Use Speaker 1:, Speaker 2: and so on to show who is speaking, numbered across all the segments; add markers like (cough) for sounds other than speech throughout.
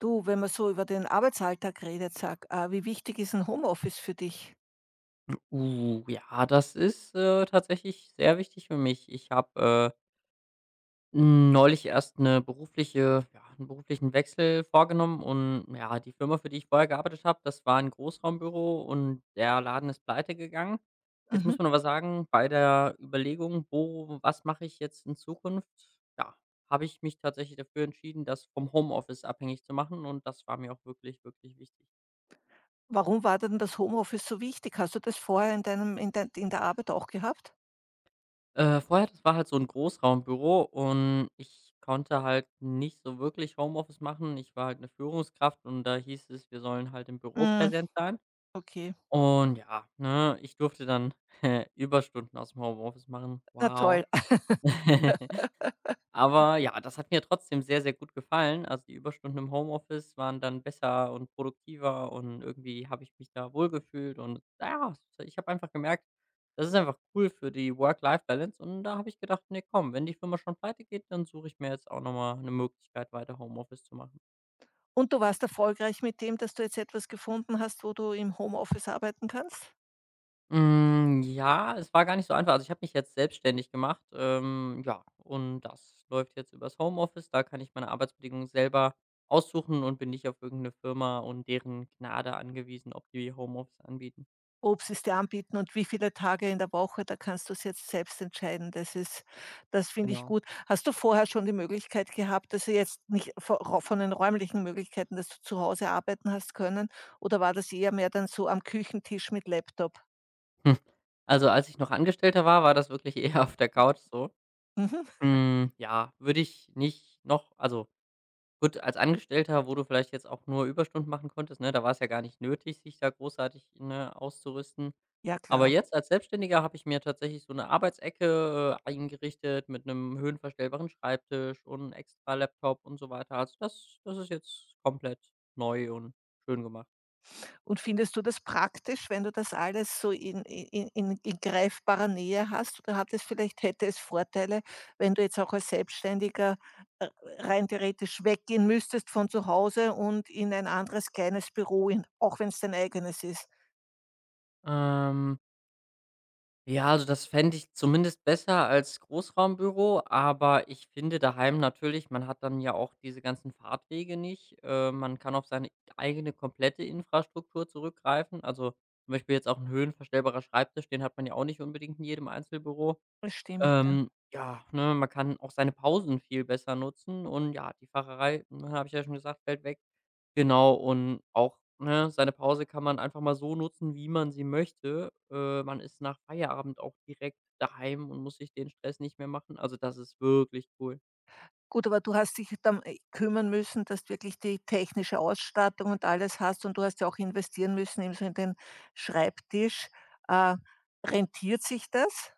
Speaker 1: Du, wenn man so über den Arbeitsalltag redet, sag, wie wichtig ist ein Homeoffice für dich?
Speaker 2: Ja, das ist, tatsächlich sehr wichtig für mich. Ich habe, neulich erst 'ne berufliche ja, 'n beruflichen Wechsel vorgenommen und ja, die Firma, für die ich vorher gearbeitet habe, das war ein Großraumbüro und der Laden ist pleite gegangen. Jetzt
Speaker 1: Mhm.
Speaker 2: muss man aber sagen, bei der Überlegung: „Wo was mache ich jetzt in Zukunft?“, ja, habe ich mich tatsächlich dafür entschieden, das vom Homeoffice abhängig zu machen und das war mir auch wirklich, wirklich wichtig.
Speaker 1: Warum war denn das Homeoffice so wichtig? Hast du das vorher in deinem in dein in der Arbeit auch gehabt?
Speaker 2: Vorher, das war halt so 'n Großraumbüro und ich konnte halt nicht so wirklich Homeoffice machen. Ich war halt 'ne Führungskraft und da hieß es, wir sollen halt im Büro
Speaker 1: Hm,
Speaker 2: präsent sein.
Speaker 1: okay.
Speaker 2: Und ja, ne, ich durfte dann (laughs) Überstunden aus'm Homeoffice machen.
Speaker 1: Na
Speaker 2: Wow.
Speaker 1: toll.
Speaker 2: (laughs)
Speaker 1: (laughs)
Speaker 2: Aber ja, das hat mir trotzdem sehr, sehr gut gefallen. Also, die Überstunden im Homeoffice waren dann besser und produktiver und irgendwie habe ich mich da wohlgefühlt und ja, ich habe einfach gemerkt, das ist einfach cool für die Work-Life-Balance und da habe ich gedacht: nee, komm, wenn die Firma schon pleite geht, dann suche ich mir jetzt auch noch mal 'ne Möglichkeit, weiter Homeoffice zu machen.“
Speaker 1: Und du warst erfolgreich mit dem, dass du jetzt etwas gefunden hast, wo du im Homeoffice arbeiten kannst?
Speaker 2: Hm, ja, es war gar nicht so einfach. Also, ich habe mich jetzt selbstständig gemacht, ja, und das läuft jetzt übers Homeoffice. Da kann ich meine Arbeitsbedingungen selber aussuchen und bin nicht auf irgendeine Firma und deren Gnade angewiesen, ob die Homeoffice anbieten.
Speaker 1: Ob sie's dir anbieten und wie viele Tage in der Woche, da kannst du es jetzt selbst entscheiden. Das finde ich
Speaker 2: Genau.
Speaker 1: gut. Hast du vorher schon die Möglichkeit gehabt, dass du jetzt nicht vo von den räumlichen Möglichkeiten, dass du zu Hause arbeiten hast können oder war das eher mehr dann so am Küchentisch mit Laptop?
Speaker 2: Hm. Also, als ich noch Angestellter war, war das wirklich (laughs) eher auf der Couch so.
Speaker 1: Mhm.
Speaker 2: Hm, ja, würde ich nicht noch also gut, als Angestellter, wo du vielleicht jetzt auch nur Überstunden machen konntest, ne, da war es ja gar nicht nötig, sich da großartig, ne, auszurüsten.
Speaker 1: Ja,
Speaker 2: Aber
Speaker 1: klar.
Speaker 2: jetzt als Selbstständiger habe ich mir tatsächlich so eine Arbeitsecke, eingerichtet mit einem höhenverstellbaren Schreibtisch und extra Laptop und so weiter. Also, das ist jetzt komplett neu und schön gemacht.
Speaker 1: Und findest du das praktisch, wenn du das alles so in greifbarer Nähe hast? Oder hat es vielleicht hätte es Vorteile, wenn du jetzt auch als Selbstständiger, äh, rein theoretisch weggehen müsstest von zu Hause und in ein anderes kleines Büro in auch wenn es dein eigenes ist?
Speaker 2: Ähm. Ja, also das fände ich zumindest besser als Großraumbüro, aber ich finde daheim natürlich, man hat dann ja auch diese ganzen Fahrtwege nicht. Man kann auf seine eigene komplette Infrastruktur zurückgreifen. Also zum Beispiel jetzt auch ein höhenverstellbarer Schreibtisch, den hat man ja auch nicht unbedingt in jedem Einzelbüro.
Speaker 1: Das stimmt, ja.
Speaker 2: Ja, ne, man kann auch seine Pausen viel besser nutzen und ja, die Fahrerei, ne, habe ich ja schon gesagt, fällt weg. Genau, und auch, ne, seine Pause kann man einfach mal so nutzen, wie man sie möchte. Man ist nach Feierabend auch direkt daheim und muss sich den Stress nicht mehr machen. Also, das ist wirklich cool.
Speaker 1: Gut, aber du hast dich dann, kümmern müssen, dass du wirklich die technische Ausstattung und alles hast und du hast ja auch investieren müssen ebenso in den Schreibtisch. Äh, Rentiert sich das?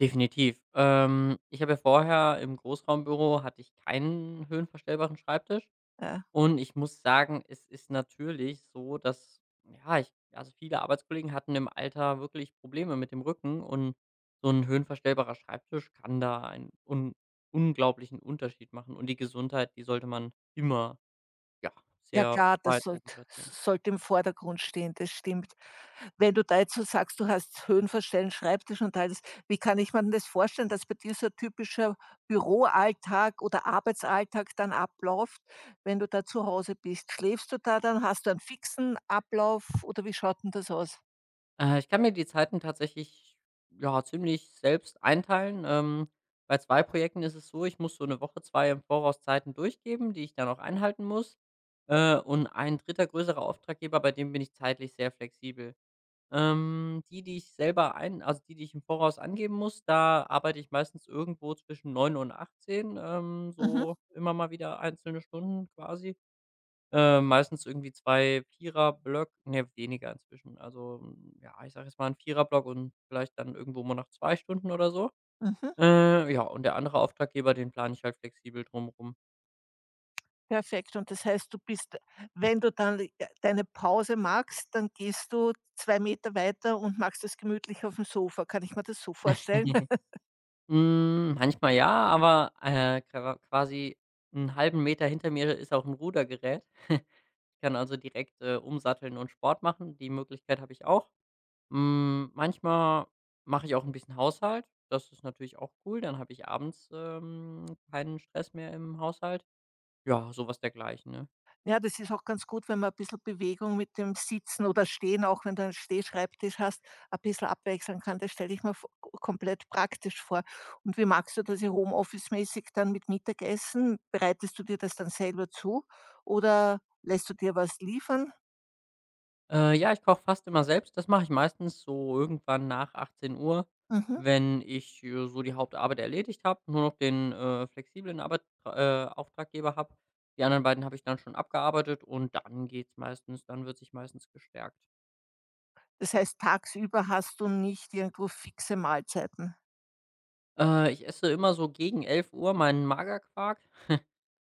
Speaker 2: Definitiv. Ich habe ja vorher im Großraumbüro hatte ich keinen höhenverstellbaren Schreibtisch.
Speaker 1: Ja.
Speaker 2: Und ich muss sagen, es ist natürlich so, dass, ja, ich also, viele Arbeitskollegen hatten im Alter wirklich Probleme mit dem Rücken und so ein höhenverstellbarer Schreibtisch kann da einen un unglaublichen Unterschied machen. Und die Gesundheit, die sollte man immer, ja,
Speaker 1: Ja
Speaker 2: sehr
Speaker 1: klar, das
Speaker 2: weit oben platzieren.
Speaker 1: sollte im Vordergrund stehen, das stimmt. Wenn du da jetzt so sagst, du hast höhenverstellten Schreibtisch und alles, wie kann ich mir denn das vorstellen, dass bei dir so ein typischer Büroalltag oder Arbeitsalltag dann abläuft, wenn du da zu Hause bist? Schläfst du da dann? Hast du einen fixen Ablauf oder wie schaut denn das aus?
Speaker 2: Ich kann mir die Zeiten tatsächlich, ja, ziemlich selbst einteilen. Bei 2 Projekten ist es so, ich muss so eine Woche, 2 im Voraus Zeiten durchgeben, die ich dann auch einhalten muss. Und ein dritter größerer Auftraggeber, bei dem bin ich zeitlich sehr flexibel. Die ich selber ein also die, die ich im Voraus angeben muss, da arbeite ich meistens irgendwo zwischen 9 und 18,
Speaker 1: Mhm,
Speaker 2: so immer mal wieder einzelne Stunden quasi. Meistens irgendwie 2 Vierer-Blöck ne, weniger inzwischen. Also, hm, ja, ich sage jetzt mal ein Vierer-Block und vielleicht dann irgendwo mal nach 2 Stunden oder so.
Speaker 1: mhm,
Speaker 2: Ja, und der andere Auftraggeber, den plane ich halt flexibel drum rum.
Speaker 1: perfekt. Und das heißt, du bist wenn du dann deine Pause magst, dann gehst du 2 Meter weiter und machst das gemütlich auf dem Sofa. Kann ich mir das so vorstellen?
Speaker 2: (laughs) Manchmal ja, aber, quasi einen halben Meter hinter mir ist auch ein Rudergerät. (laughs) Ich kann also direkt, umsatteln und Sport machen. Die Möglichkeit habe ich auch. Hm, manchmal mache ich auch ein bisschen Haushalt. Das ist natürlich auch cool. Dann habe ich abends, keinen Stress mehr im Haushalt. Ja, sowas dergleichen, ne?
Speaker 1: Ja, das ist auch ganz gut, wenn man ein bisschen Bewegung mit dem Sitzen oder Stehen, auch wenn du einen Stehschreibtisch hast, ein bisschen abwechseln kann. Das stelle ich mir v komplett praktisch vor. Und wie magst du das hier Homeoffice-mäßig dann mit Mittagessen? Bereitest du dir das dann selber zu oder lässt du dir was liefern?
Speaker 2: Ja, ich koche fast immer selbst. Das mache ich meistens so irgendwann nach 18 Uhr,
Speaker 1: Mhm.
Speaker 2: wenn ich, so die Hauptarbeit erledigt habe, nur noch den, flexiblen Arbeit Auftraggeber habe. Die anderen beiden habe ich dann schon abgearbeitet und dann geht's meistens dann wird sich meistens gestärkt.
Speaker 1: Das heißt, tagsüber hast du nicht irgendwo fixe Mahlzeiten?
Speaker 2: Ich esse immer so gegen 11 Uhr meinen Magerquark.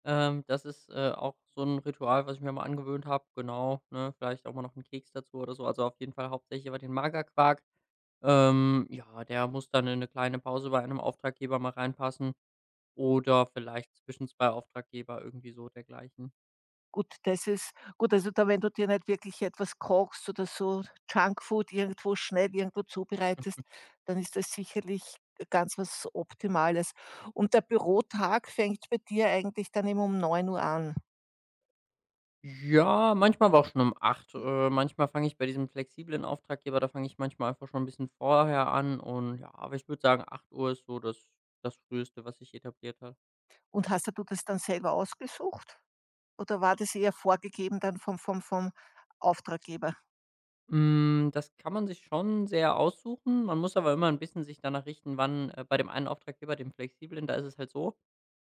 Speaker 2: Das ist, auch so ein Ritual, was ich mir mal angewöhnt habe, genau, ne? Vielleicht auch mal noch 'n Keks dazu oder so. Also, auf jeden Fall hauptsächlich über den Magerquark. Ja, der muss dann in 'ne kleine Pause bei einem Auftraggeber mal reinpassen oder vielleicht zwischen 2 Auftraggeber, irgendwie so dergleichen.
Speaker 1: Gut, das ist gut, also da wenn du dir nicht wirklich etwas kochst oder so Junkfood irgendwo schnell irgendwo zubereitest, dann ist das sicherlich ganz was Optimales. Und der Bürotag fängt bei dir eigentlich dann eben um neun Uhr an.
Speaker 2: Ja, manchmal war auch schon um 8. Manchmal fange ich bei diesem flexiblen Auftraggeber da fange ich manchmal einfach schon ein bisschen vorher an und ja, aber ich würde sagen, 8 Uhr ist so das das Früheste, was sich etabliert hat.
Speaker 1: Und hast du das dann selber ausgesucht oder war das eher vorgegeben dann vom Auftraggeber?
Speaker 2: Hm, das kann man sich schon sehr aussuchen. Man muss aber immer ein bisschen sich danach richten, wann bei dem einen Auftraggeber, dem flexiblen, da ist es halt so,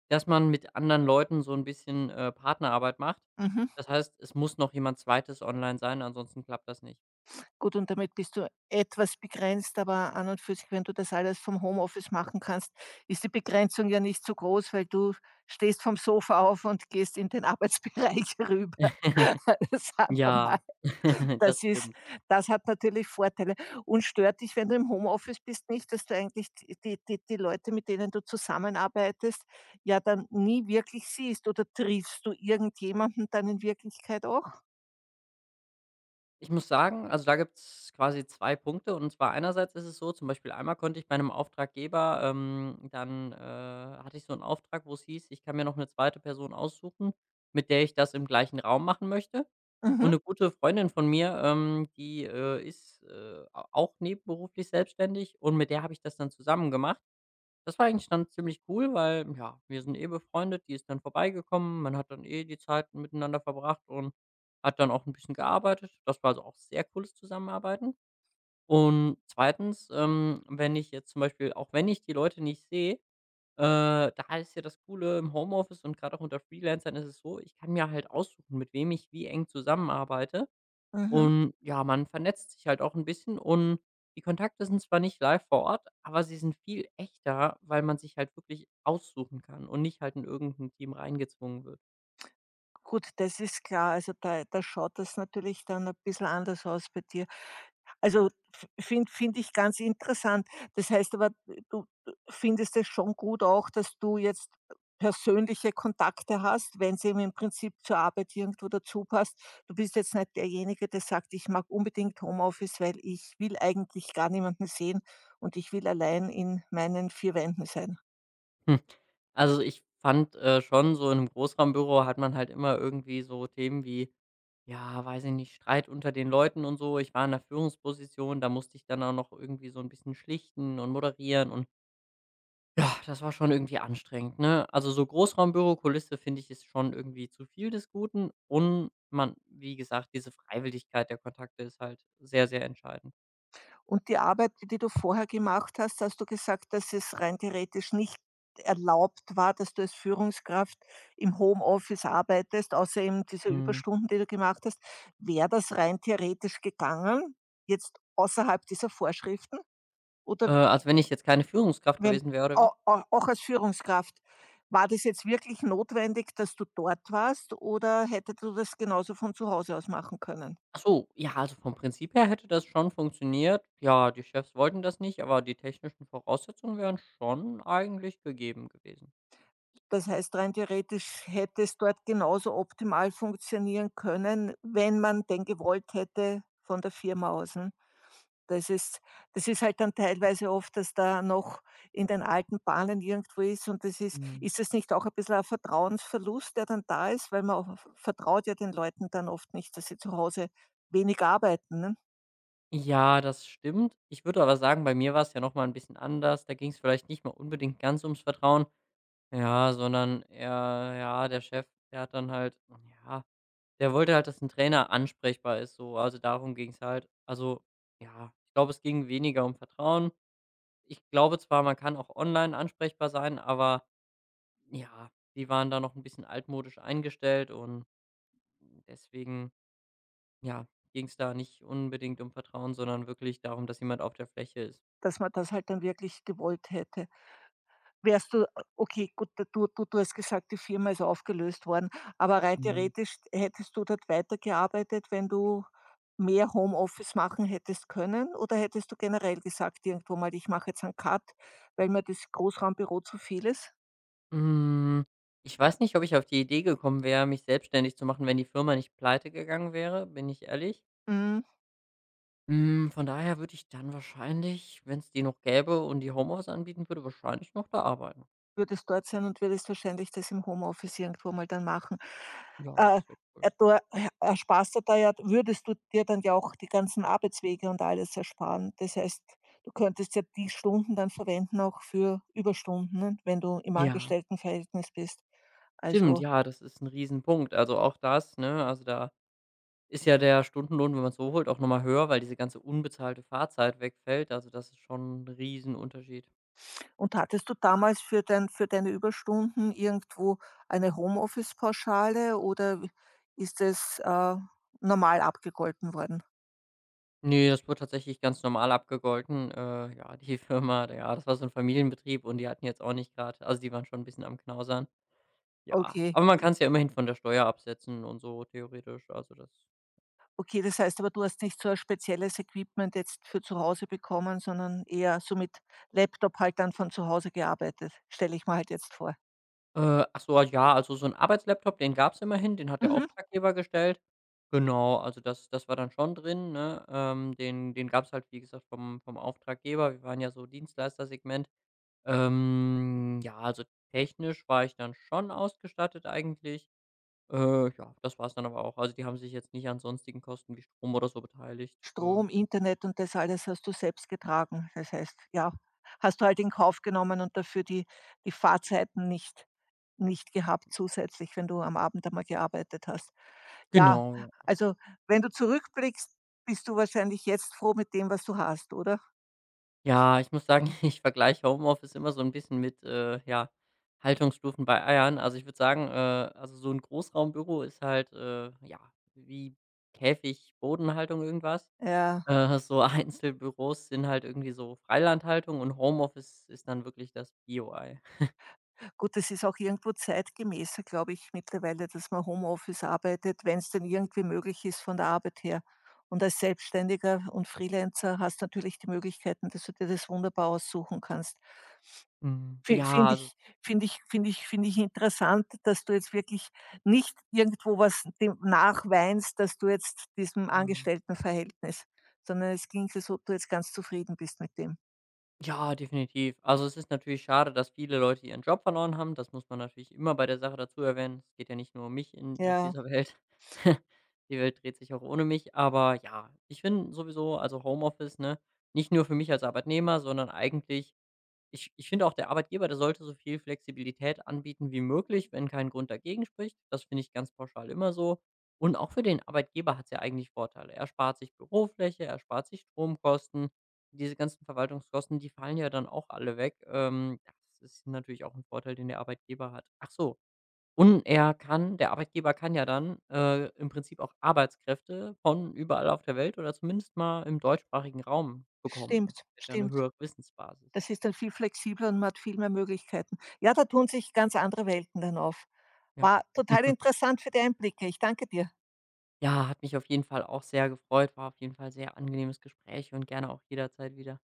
Speaker 2: dass man mit anderen Leuten so ein bisschen, Partnerarbeit macht.
Speaker 1: Mhm.
Speaker 2: Das heißt, es muss noch jemand Zweites online sein, ansonsten klappt das nicht.
Speaker 1: Gut, und damit bist du etwas begrenzt, aber an und für sich, wenn du das alles vom Homeoffice machen kannst, ist die Begrenzung ja nicht so groß, weil du stehst vom Sofa auf und gehst in den Arbeitsbereich (laughs) rüber.
Speaker 2: (laughs)
Speaker 1: (laughs) Sagen wir mal,
Speaker 2: Ja, (laughs)
Speaker 1: das
Speaker 2: das
Speaker 1: ist
Speaker 2: stimmt.
Speaker 1: das hat natürlich Vorteile und stört dich, wenn du im Homeoffice bist, nicht, dass du eigentlich die Leute, mit denen du zusammenarbeitest, ja dann nie wirklich siehst oder triffst du irgendjemanden dann in Wirklichkeit auch?
Speaker 2: Ich muss sagen, also da gibt's quasi 2 Punkte. Und zwar einerseits ist es so, zum Beispiel einmal konnte ich bei einem Auftraggeber, dann, hatte ich so einen Auftrag, wo es hieß, ich kann mir noch eine zweite Person aussuchen, mit der ich das im gleichen Raum machen möchte. Und
Speaker 1: Mhm,
Speaker 2: eine gute Freundin von mir, die, ist, a auch nebenberuflich selbstständig und mit der habe ich das dann zusammen gemacht. Das war eigentlich dann ziemlich cool, weil, ja, wir sind eh befreundet, die ist dann vorbeigekommen, man hat dann eh die Zeit miteinander verbracht und hat dann auch ein bisschen gearbeitet. Das war also auch sehr cooles Zusammenarbeiten. Und zweitens, wenn ich jetzt zum Beispiel auch wenn ich die Leute nicht sehe, da ist ja das Coole im Homeoffice und gerade auch unter Freelancern ist es so, ich kann mir halt aussuchen, mit wem ich wie eng zusammenarbeite.
Speaker 1: mhm.
Speaker 2: Und ja, man vernetzt sich halt auch ein bisschen und die Kontakte sind zwar nicht live vor Ort, aber sie sind viel echter, weil man sich halt wirklich aussuchen kann und nicht halt in irgend Team reingezwungen wird.
Speaker 1: Gut, das ist klar. Also, da schaut das natürlich dann ein bisschen anders aus bei dir. Also, finde ich ganz interessant. Das heißt aber, du findest es schon gut auch, dass du jetzt persönliche Kontakte hast, wenn's eben im Prinzip zur Arbeit irgendwo dazu passt. Du bist jetzt nicht derjenige, der sagt: „Ich mag unbedingt Homeoffice, weil ich will eigentlich gar niemanden sehen und ich will allein in meinen 4 Wänden sein.“
Speaker 2: Hm. Also, ich fand, schon so in einem Großraumbüro hat man halt immer irgendwie so Themen wie, ja, weiß ich nicht, Streit unter den Leuten und so. Ich war in der Führungsposition, da musste ich dann auch noch irgendwie so ein bisschen schlichten und moderieren und ja, das war schon irgendwie anstrengend, ne? Also, so Großraumbürokulisse finde ich ist schon irgendwie zu viel des Guten und man wie gesagt, diese Freiwilligkeit der Kontakte ist halt sehr, sehr entscheidend.
Speaker 1: Und die Arbeit, die du vorher gemacht hast, hast du gesagt, dass es rein theoretisch nicht erlaubt war, dass du als Führungskraft im Homeoffice arbeitest, außer eben diese
Speaker 2: Mhm.
Speaker 1: Überstunden, die du gemacht hast. Wäre das rein theoretisch gegangen, jetzt außerhalb dieser Vorschriften? Oder
Speaker 2: Also, wenn ich jetzt keine Führungskraft
Speaker 1: wenn
Speaker 2: gewesen wäre oder wie?
Speaker 1: auch als Führungskraft, war das jetzt wirklich notwendig, dass du dort warst oder hättest du das genauso von zu Hause aus machen können?
Speaker 2: Ach so, ja, also, vom Prinzip her hätte das schon funktioniert. Ja, die Chefs wollten das nicht, aber die technischen Voraussetzungen wären schon eigentlich gegeben gewesen.
Speaker 1: Das heißt, rein theoretisch hätte es dort genauso optimal funktionieren können, wenn man denn gewollt hätte von der Firma aus, ne? Das ist das ist halt dann teilweise oft, dass da noch in den alten Bahnen irgendwo ist und das ist
Speaker 2: Mhm.
Speaker 1: ist das nicht auch ein bisschen ein Vertrauensverlust, der dann da ist, weil man auch vertraut ja den Leuten dann oft nicht, dass sie zu Hause wenig arbeiten, ne?
Speaker 2: Ja, das stimmt. Ich würde aber sagen, bei mir war es ja noch mal 'n bisschen anders. Da ging es vielleicht nicht mal unbedingt ganz ums Vertrauen. Ja, sondern er ja, der Chef, der hat dann halt ja, der wollte halt, dass ein Trainer ansprechbar ist so. Also, darum ging's halt. Also, ja, ich glaube, es ging weniger um Vertrauen. Ich glaube zwar, man kann auch online ansprechbar sein, aber ja, die waren da noch ein bisschen altmodisch eingestellt und deswegen, ja, ging's da nicht unbedingt um Vertrauen, sondern wirklich darum, dass jemand auf der Fläche ist.
Speaker 1: Dass man das halt dann wirklich gewollt hätte. Wärst du okay, gut, du hast gesagt, die Firma ist aufgelöst worden, aber rein theoretisch hättest du dort weitergearbeitet, wenn du mehr Homeoffice machen hättest können? Oder hättest du generell gesagt irgendwo mal: „Ich mache jetzt 'n Cut, weil mir das Großraumbüro zu viel ist“?
Speaker 2: Hm, ich weiß nicht, ob ich auf die Idee gekommen wäre, mich selbstständig zu machen, wenn die Firma nicht pleitegegangen wäre, bin ich ehrlich.
Speaker 1: Hm.
Speaker 2: Hm, von daher würde ich dann wahrscheinlich, wenn es die noch gäbe und die Homeoffice anbieten würde, wahrscheinlich noch da arbeiten.
Speaker 1: Würdest dort sein und würdest wahrscheinlich das im Homeoffice irgendwo mal dann machen.
Speaker 2: Ja,
Speaker 1: Äh,
Speaker 2: das wäre cool.
Speaker 1: da ersparst du da ja würdest du dir dann ja auch die ganzen Arbeitswege und alles ersparen. Das heißt, du könntest ja die Stunden dann verwenden auch für Überstunden, ne, wenn du im
Speaker 2: Ja,
Speaker 1: Angestelltenverhältnis bist.
Speaker 2: stimmt,
Speaker 1: Also
Speaker 2: ja, das ist ein Riesenpunkt. Also, auch das, ne? Also, da ist ja der Stundenlohn, wenn man es so holt, auch nochmal höher, weil diese ganze unbezahlte Fahrzeit wegfällt. Also, das ist schon ein Riesenunterschied.
Speaker 1: und hattest du damals für deine Überstunden irgendwo eine Homeoffice-Pauschale oder ist das, normal abgegolten worden?
Speaker 2: Nee, das wurde tatsächlich ganz normal abgegolten. Ja, die (laughs) Firma, ja, das war so ein Familienbetrieb und die hatten jetzt auch nicht gerade, also, die waren schon ein bisschen am Knausern. Ja,
Speaker 1: Okay.
Speaker 2: aber man kann es ja immerhin von der Steuer absetzen und so theoretisch, also das
Speaker 1: Okay, das heißt aber, du hast nicht so ein spezielles Equipment jetzt für zu Hause bekommen, sondern eher so mit Laptop halt dann von zu Hause gearbeitet, stelle ich mir halt jetzt vor.
Speaker 2: ach so, ja, also so ein Arbeitslaptop, den gab's immerhin, den hat der
Speaker 1: Mhm.
Speaker 2: Auftraggeber gestellt. Genau, also das war dann schon drin, ne? Den gab's halt, wie gesagt, vom Auftraggeber. Wir waren ja so Dienstleistersegment. Ja, also technisch war ich dann schon ausgestattet eigentlich. Ja, das war's dann aber auch. Also, die haben sich jetzt nicht an sonstigen Kosten wie Strom oder so beteiligt.
Speaker 1: Strom, Internet und das alles hast du selbst getragen. Das heißt, ja, hast du halt in Kauf genommen und dafür die, die Fahrzeiten nicht gehabt zusätzlich, wenn du am Abend einmal gearbeitet hast. Ja,
Speaker 2: Genau, ja.
Speaker 1: also wenn du zurückblickst, bist du wahrscheinlich jetzt froh mit dem, was du hast, oder?
Speaker 2: Ja, ich muss sagen, (laughs) ich vergleiche Homeoffice immer so ein bisschen mit, ja, Haltungsstufen bei Eiern. Also, ich würde sagen, also, so ein Großraumbüro ist halt, ja, wie Käfig, Bodenhaltung, irgendwas.
Speaker 1: Ja.
Speaker 2: So (laughs) Einzelbüros sind halt irgendwie so Freilandhaltung und Homeoffice ist dann wirklich das Bio-Ei.
Speaker 1: Gut, das ist auch irgendwo zeitgemäßer, glaube ich, mittlerweile, dass man Homeoffice arbeitet, wenn es denn irgendwie möglich ist von der Arbeit her. Und als Selbstständiger und Freelancer hast du natürlich die Möglichkeiten, dass du dir das wunderbar aussuchen kannst.
Speaker 2: Mhm.
Speaker 1: Fi
Speaker 2: Ja,
Speaker 1: Finde ich
Speaker 2: also,
Speaker 1: finde ich finde ich finde ich interessant, dass du jetzt wirklich nicht irgendwo was dem nachweinst, dass du jetzt diesem
Speaker 2: mhm.
Speaker 1: Angestelltenverhältnis sondern es klingt, so, ob du jetzt ganz zufrieden bist mit dem.
Speaker 2: Ja, definitiv. Also es ist natürlich schade, dass viele Leute ihren Job verloren haben. Das muss man natürlich immer bei der Sache dazu erwähnen. Es geht ja nicht nur um mich in, auf
Speaker 1: Ja,
Speaker 2: dieser Welt. (laughs) Die Welt dreht sich auch ohne mich. Aber ja, ich finde sowieso, also Homeoffice, ne, nicht nur für mich als Arbeitnehmer, sondern eigentlich ich finde auch, der Arbeitgeber, der sollte so viel Flexibilität anbieten wie möglich, wenn kein Grund dagegen spricht. Das finde ich ganz pauschal immer so. Und auch für den Arbeitgeber hat es ja eigentlich Vorteile. Er spart sich Bürofläche, er spart sich Stromkosten. Diese ganzen Verwaltungskosten, die fallen ja dann auch alle weg. Das ist natürlich auch ein Vorteil, den der Arbeitgeber hat. Ach so, und er kann der Arbeitgeber kann ja dann, im Prinzip auch Arbeitskräfte von überall auf der Welt oder zumindest mal im deutschsprachigen Raum bekommen. Das wäre ja eine
Speaker 1: stimmt.
Speaker 2: höhere Wissensbasis.
Speaker 1: Das ist dann viel flexibler und man hat viel mehr Möglichkeiten. Ja, da tun sich ganz andere Welten dann auf.
Speaker 2: Ja.
Speaker 1: War total
Speaker 2: (laughs)
Speaker 1: interessant für die Einblicke. Ich danke dir.
Speaker 2: Ja, hat mich auf jeden Fall auch sehr gefreut, war auf jeden Fall sehr angenehmes Gespräch und gerne auch jederzeit wieder.